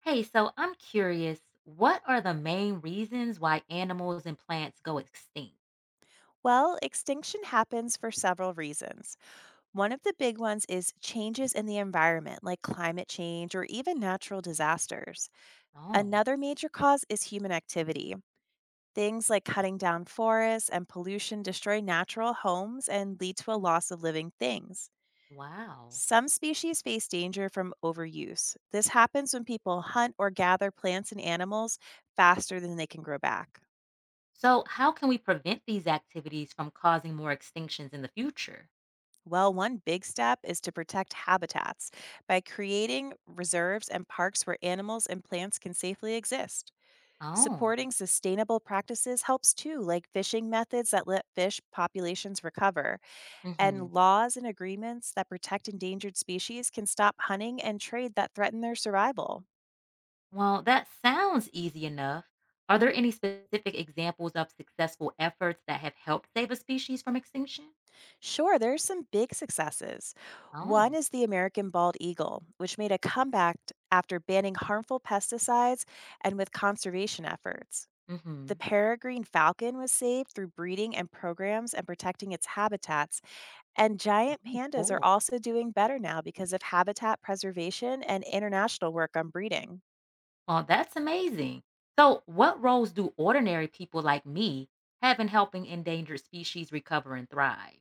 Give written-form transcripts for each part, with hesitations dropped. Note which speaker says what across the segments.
Speaker 1: Hey, so I'm curious, what are the main reasons why animals and plants go extinct?
Speaker 2: Well, extinction happens for several reasons. One of the big ones is changes in the environment, like climate change or even natural disasters.
Speaker 1: Oh,
Speaker 2: Another major cause is human activity. Things like cutting down forests and pollution destroy natural homes and lead to a loss of living things.
Speaker 1: wow.
Speaker 2: Some species face danger from overuse. This happens when people hunt or gather plants and animals faster than they can grow back.
Speaker 1: So, how can we prevent these activities from causing more extinctions in the future?
Speaker 2: Well, one big step is to protect habitats by creating reserves and parks where animals and plants can safely exist.
Speaker 1: Oh,
Speaker 2: Supporting sustainable practices helps too, like fishing methods that let fish populations recover,
Speaker 1: hmm,
Speaker 2: and laws and agreements that protect endangered species can stop hunting and trade that threaten their survival.
Speaker 1: well, that sounds easy enough. Are there any specific examples of successful efforts that have helped save a species from extinction?
Speaker 2: Sure, there are some big successes. One
Speaker 1: Oh,
Speaker 2: is the American bald eagle, which made a comeback after banning harmful pesticides and with conservation efforts.
Speaker 1: mm-hmm.
Speaker 2: The peregrine falcon was saved through breeding and programs and protecting its habitats. And giant
Speaker 1: Oh,
Speaker 2: pandas are
Speaker 1: cool.
Speaker 2: also doing better now because of habitat preservation and international work on breeding.
Speaker 1: Oh, that's amazing. So, what roles do ordinary people like me have in helping endangered species recover and thrive?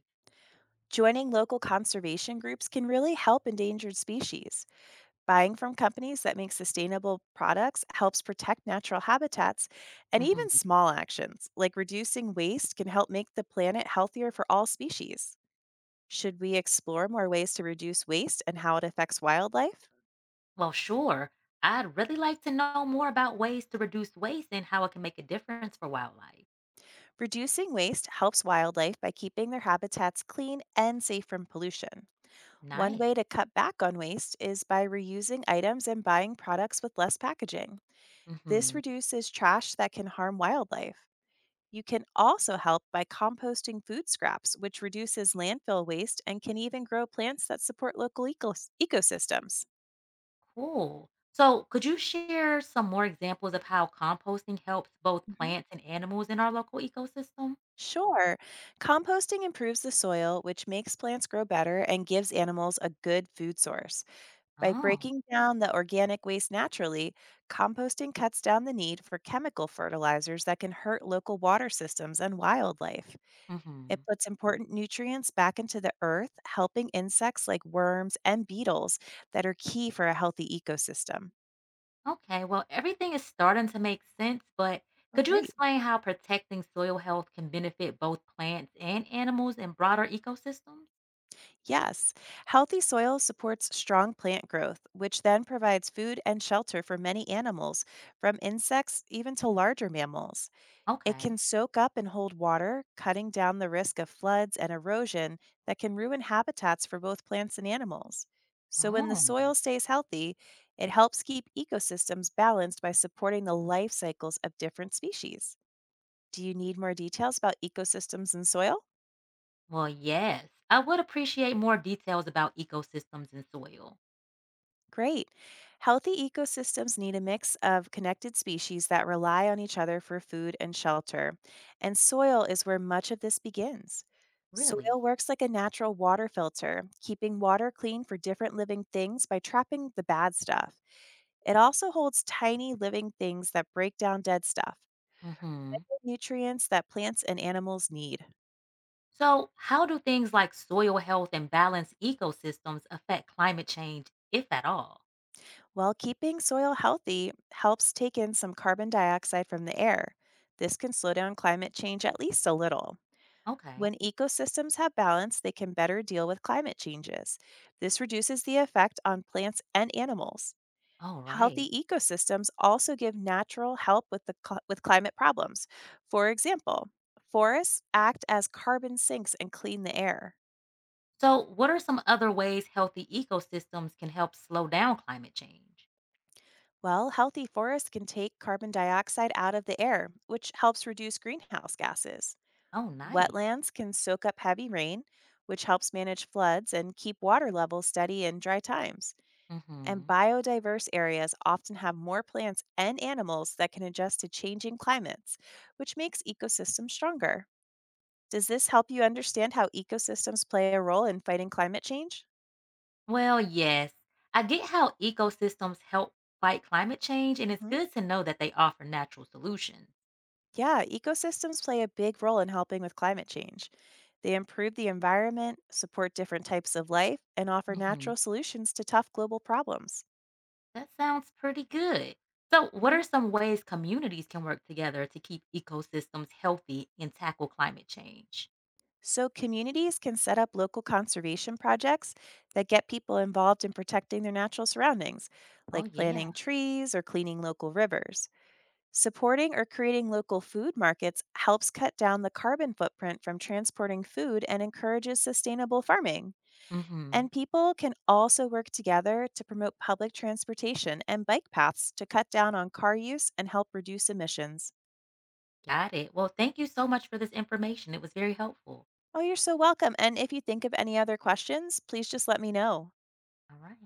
Speaker 2: Joining local conservation groups can really help endangered species. Buying from companies that make sustainable products helps protect natural habitats, and even
Speaker 1: Hmm.
Speaker 2: small actions like reducing waste can help make the planet healthier for all species. Should we explore more ways to reduce waste and how it affects wildlife?
Speaker 1: Well, sure. I'd really like to know more about ways to reduce waste and how it can make a difference for wildlife.
Speaker 2: Reducing waste helps wildlife by keeping their habitats clean and safe from pollution. One
Speaker 1: Nice.
Speaker 2: way to cut back on waste is by reusing items and buying products with less packaging. This
Speaker 1: Hmm.
Speaker 2: reduces trash that can harm wildlife. You can also help by composting food scraps, which reduces landfill waste and can even grow plants that support local ecosystems.
Speaker 1: Cool. So, could you share some more examples of how composting helps both
Speaker 2: hmm
Speaker 1: plants and animals in our local ecosystem?
Speaker 2: Sure, composting improves the soil, which makes plants grow better and gives animals a good food source. By
Speaker 1: Oh.
Speaker 2: breaking down the organic waste naturally, composting cuts down the need for chemical fertilizers that can hurt local water systems and wildlife. It
Speaker 1: Hmm.
Speaker 2: puts important nutrients back into the earth, helping insects like worms and beetles that are key for a healthy ecosystem.
Speaker 1: Okay, well, everything is starting to make sense, but
Speaker 2: Oh,
Speaker 1: could you
Speaker 2: great.
Speaker 1: explain how protecting soil health can benefit both plants and animals and broader ecosystems?
Speaker 2: Yes. Healthy soil supports strong plant growth, which then provides food and shelter for many animals, from insects even to larger mammals. It
Speaker 1: Okay.
Speaker 2: can soak up and hold water, cutting down the risk of floods and erosion that can ruin habitats for both plants and animals. So, when the
Speaker 1: Oh,
Speaker 2: soil stays healthy, it helps keep ecosystems balanced by supporting the life cycles of different species. Do you need more details about ecosystems and soil?
Speaker 1: well, yes. I would appreciate more details about ecosystems and soil.
Speaker 2: Great. Healthy ecosystems need a mix of connected species that rely on each other for food and shelter, and soil is where much of this begins.
Speaker 1: Really?
Speaker 2: Soil works like a natural water filter, keeping water clean for different living things by trapping the bad stuff. It also holds tiny living things that break down dead stuff,
Speaker 1: Mm-hmm.
Speaker 2: nutrients that plants and animals need.
Speaker 1: So, how do things like soil health and balanced ecosystems affect climate change, if at all?
Speaker 2: While keeping soil healthy helps take in some carbon dioxide from the air. This can slow down climate change at least a little.
Speaker 1: Okay.
Speaker 2: When ecosystems have balance, they can better deal with climate changes. This reduces the effect on plants and animals.
Speaker 1: All right.
Speaker 2: Healthy ecosystems also give natural help with the with climate problems. For example, forests act as carbon sinks and clean the air.
Speaker 1: So, what are some other ways healthy ecosystems can help slow down climate change?
Speaker 2: Well, healthy forests can take carbon dioxide out of the air, which helps reduce greenhouse gases.
Speaker 1: Oh, nice.
Speaker 2: Wetlands can soak up heavy rain, which helps manage floods and keep water levels steady in dry times. And
Speaker 1: Hmm.
Speaker 2: biodiverse areas often have more plants and animals that can adjust to changing climates, which makes ecosystems stronger. Does this help you understand how ecosystems play a role in fighting climate change?
Speaker 1: Well, yes, I get how ecosystems help fight climate change, and it's
Speaker 2: Mhm.
Speaker 1: good to know that they offer natural solutions.
Speaker 2: Yeah, ecosystems play a big role in helping with climate change. They improve the environment, support different types of life, and offer
Speaker 1: Hmm.
Speaker 2: natural solutions to tough global problems.
Speaker 1: That sounds pretty good. So, what are some ways communities can work together to keep ecosystems healthy and tackle climate change?
Speaker 2: So, communities can set up local conservation projects that get people involved in protecting their natural surroundings,
Speaker 1: Oh,
Speaker 2: like
Speaker 1: yeah.
Speaker 2: planting trees or cleaning local rivers. Supporting or creating local food markets helps cut down the carbon footprint from transporting food and encourages sustainable farming.
Speaker 1: Hmm.
Speaker 2: And people can also work together to promote public transportation and bike paths to cut down on car use and help reduce emissions.
Speaker 1: Got it. Well, thank you so much for this information. It was very helpful.
Speaker 2: Oh, you're so welcome. And if you think of any other questions, please just let me know.
Speaker 1: All right.